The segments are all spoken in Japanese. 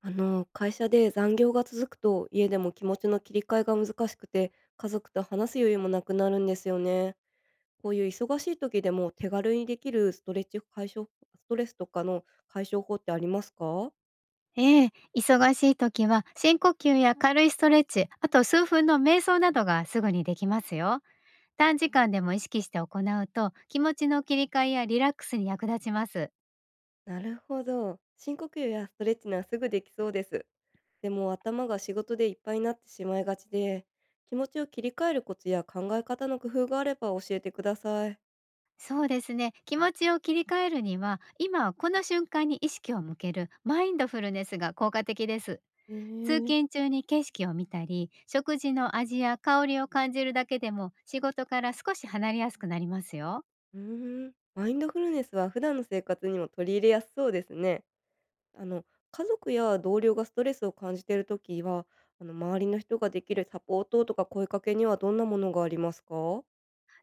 あの会社で残業が続くと家でも気持ちの切り替えが難しくて、家族と話す余裕もなくなるんですよね。こういう忙しい時でも手軽にできるストレッチ解消、ストレスとかの解消法ってありますか？ええ、忙しい時は深呼吸や軽いストレッチ、あと数分の瞑想などがすぐにできますよ。短時間でも意識して行うと気持ちの切り替えやリラックスに役立ちます。なるほど、深呼吸やストレッチならすぐできそうです。でも頭が仕事でいっぱいになってしまいがちで、気持ちを切り替えるコツや考え方の工夫があれば教えてください。そうですね。気持ちを切り替えるには、今この瞬間に意識を向けるマインドフルネスが効果的です。通ええ、勤中に景色を見たり、食事の味や香りを感じるだけでも仕事から少し離れやすくなりますよ。うーん、マインドフルネスは普段の生活にも取り入れやすそうですね。あの、家族や同僚がストレスを感じているときは、周りの人ができるサポートとか声かけにはどんなものがありますか？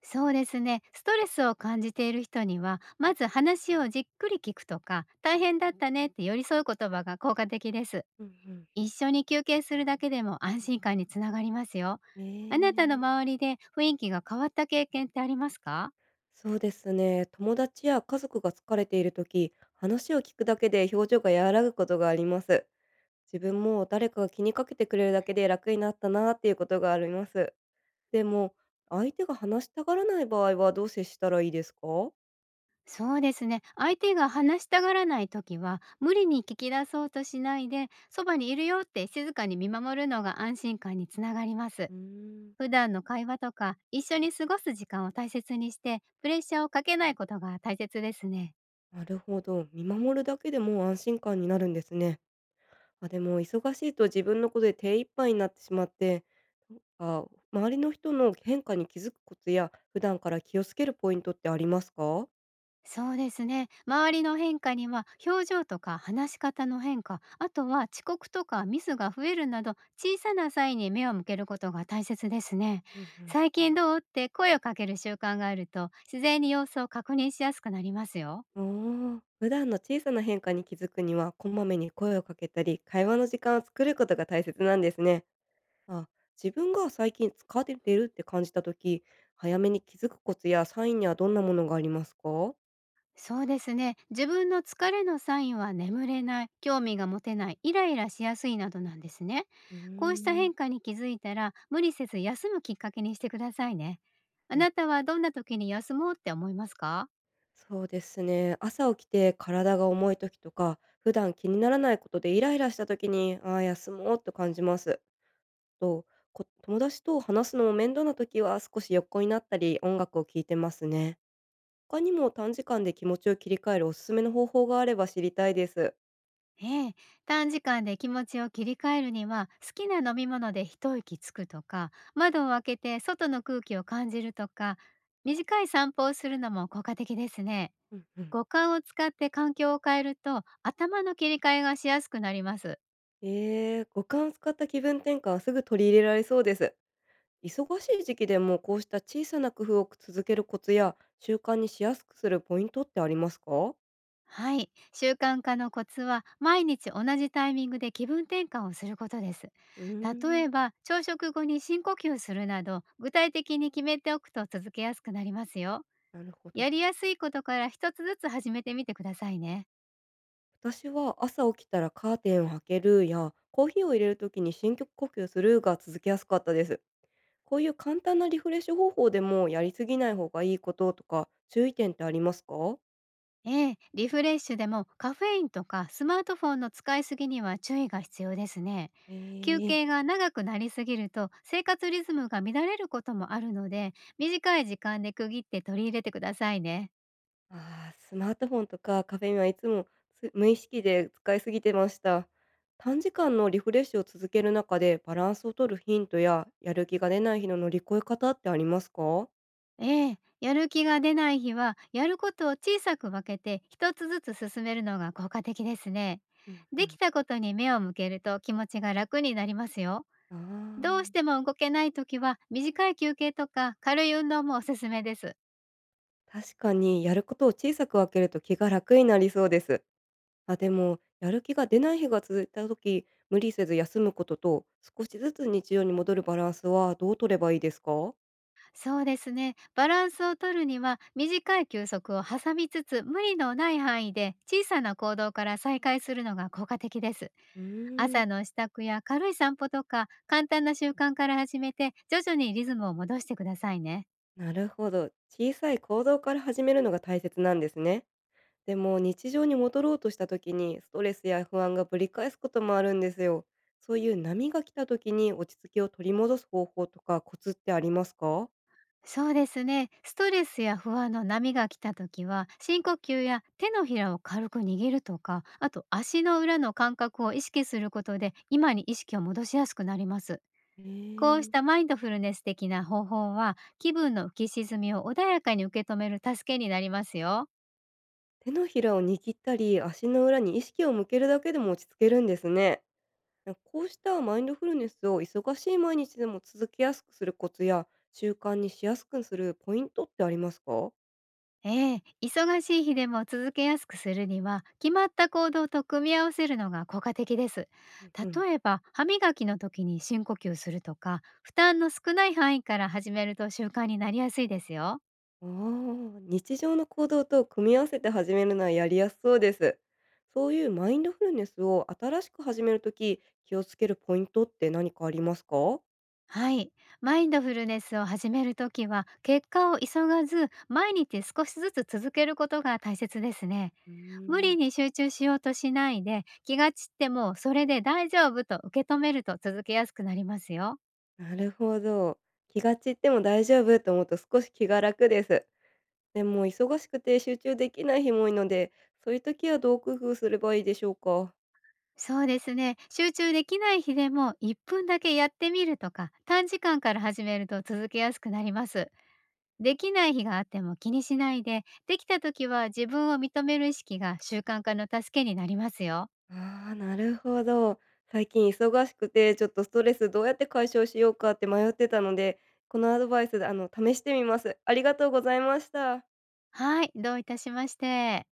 そうですね。ストレスを感じている人には、まず話をじっくり聞くとか、大変だったねって寄り添う言葉が効果的です。うんうん。一緒に休憩するだけでも安心感につながりますよ。えあなたのえ。周りで雰囲気が変わった経験ってありますか？そうですね。友達や家族が疲れているとき、話を聞くだけで表情が和らぐことがあります。自分も誰かが気にかけてくれるだけで楽になったなっていうことがあります。でも、相手が話したがらない場合はどう接したらいいですか？そうですね。相手が話したがらないときは、無理に聞き出そうとしないで、そばにいるよって静かに見守るのが安心感につながります。うーん、普段の会話とか一緒に過ごす時間を大切にして、プレッシャーをかけないことが大切ですね。なるほど。見守るだけでも安心感になるんですね。あ、でも忙しいと自分のことで手一杯になってしまって、あ、周りの人の変化に気づくコツや、普段から気をつけるポイントってありますか？そうですね、周りの変化には表情とか話し方の変化、あとは遅刻とかミスが増えるなど、小さな際に目を向けることが大切ですね。うん。最近どうって声をかける習慣があると、自然に様子を確認しやすくなりますよ。ああ、おー、普段の小さな変化に気づくには、こまめに声をかけたり、会話の時間を作ることが大切なんですね。あ、自分が最近疲れてるって感じた時、早めに気づくコツやサインにはどんなものがありますか？そうですね。自分の疲れのサインは眠れない、興味が持てない、イライラしやすいなどなんですね。こうしたう、変化に気づいたら、無理せず休むきっかけにしてくださいね。あうーん、なたはどんな時に休もうって思いますか？そうですね。朝起きて体が重い時とか、普段気にならないことでイライラした時に、ああ、休もうと感じます。と、こ友達と話すのも面倒な時は少し横になったり音楽を聴いてますね。他にも短時間で気持ちを切り替えるおすすめの方法があれば知りたいです。ええ、短時間で気持ちを切り替えるには、好きな飲み物で一息つくとか、窓を開けて外の空気を感じるとか、短い散歩をするのも効果的ですね。うんうん、五感を使って環境を変えると、頭の切り替えがしやすくなります。えー、五感を使った気分転換はすぐ取り入れられそうです。忙しい時期でもこうした小さな工夫を続けるコツや習慣にしやすくするポイントってありますか？はい、習慣化のコツは毎日同じタイミングで気分転換をすることです。うー例ん、えば朝食後に深呼吸するなど、具体的に決めておくと続けやすくなりますよ。なるほど。やりやすいことから一つずつ始めてみてくださいね。私は朝起きたらカーテンを開けるや、コーヒーを入れるときに深呼吸するが続けやすかったです。こういう簡単なリフレッシュ方法でもやりすぎない方がいいこととか注意点ってありますか？ええ、リフレッシュでもカフェインとかスマートフォンの使いすぎには注意が必要ですね。え休ー、憩が長くなりすぎると生活リズムが乱れることもあるので、短い時間で区切って取り入れてくださいね。ああ、スマートフォンとかカフェインはいつも、つ無意識で使いすぎてました。短時間のリフレッシュを続ける中でバランスを取るヒントややる気が出ない日の乗り越え方ってありますか？ええ、やる気が出ない日はやることを小さく分けて一つずつ進めるのが効果的ですね。うんうできん。たことに目を向けると気持ちが楽になりますよ。あどうしあ。ても動けない時は短い休憩とか軽い運動もおすすめです。確かに、やることを小さく分けると気が楽になりそうです。あ、でも、やる気が出ない日が続いた時、無理せず休むことと、少しずつ日常に戻るバランスはどう取ればいいですか？そうですね。バランスをとるには短い休息を挟みつつ、無理のない範囲で小さな行動から再開するのが効果的です。うーん、朝の支度や軽い散歩とか簡単な習慣から始めて、徐々にリズムを戻してくださいね。なるほど。小さい行動から始めるのが大切なんですね。でも、日常に戻ろうとした時に、ストレスや不安がぶり返すこともあるんですよ。そういう波が来た時に落ち着きを取り戻す方法とかコツってありますか？そうですね。ストレスや不安の波が来た時は深呼吸や手のひらを軽く握るとか、あと足の裏の感覚を意識することで今に意識を戻しやすくなります。こうしえたえ。マインドフルネス的な方法は気分の浮き沈みを穏やかに受け止める助けになりますよ。手のひらを握ったり、足の裏に意識を向けるだけでも落ち着けるんですね。こうしたマインドフルネスを忙しい毎日でも続けやすくするコツや習慣にしやすくするポイントってありますか？ええ、忙しい日でも続けやすくするには決まった行動と組み合わせるのが効果的です。うんうん。例えば歯磨きの時に深呼吸するとか、負担の少ない範囲から始めると習慣になりやすいですよ。ああ、日常の行動と組み合わせて始めるのはやりやすそうです。そういうマインドフルネスを新しく始めるとき、気をつけるポイントって何かありますか？はい。マインドフルネスを始めるときは、結果を急がず、毎日少しずつ続けることが大切ですね。うー無ん、理に集中しようとしないで、気が散ってもそれで大丈夫と受け止めると続けやすくなりますよ。なるほど。気が散っても大丈夫と思うと少し気が楽です。でも忙しくて集中できない日も多いので、そういう時はどう工夫すればいいでしょうか？そうですね。集中できない日でも1分だけやってみるとか、短時間から始めると続けやすくなります。できない日があっても気にしないで、できた時は自分を認める意識が習慣化の助けになりますよ。ああ、なるほど。最近忙しくて、ちょっとストレスどうやって解消しようかって迷ってたので、このアドバイスで、試してみます。ありがとうございました。はい、どういたしまして。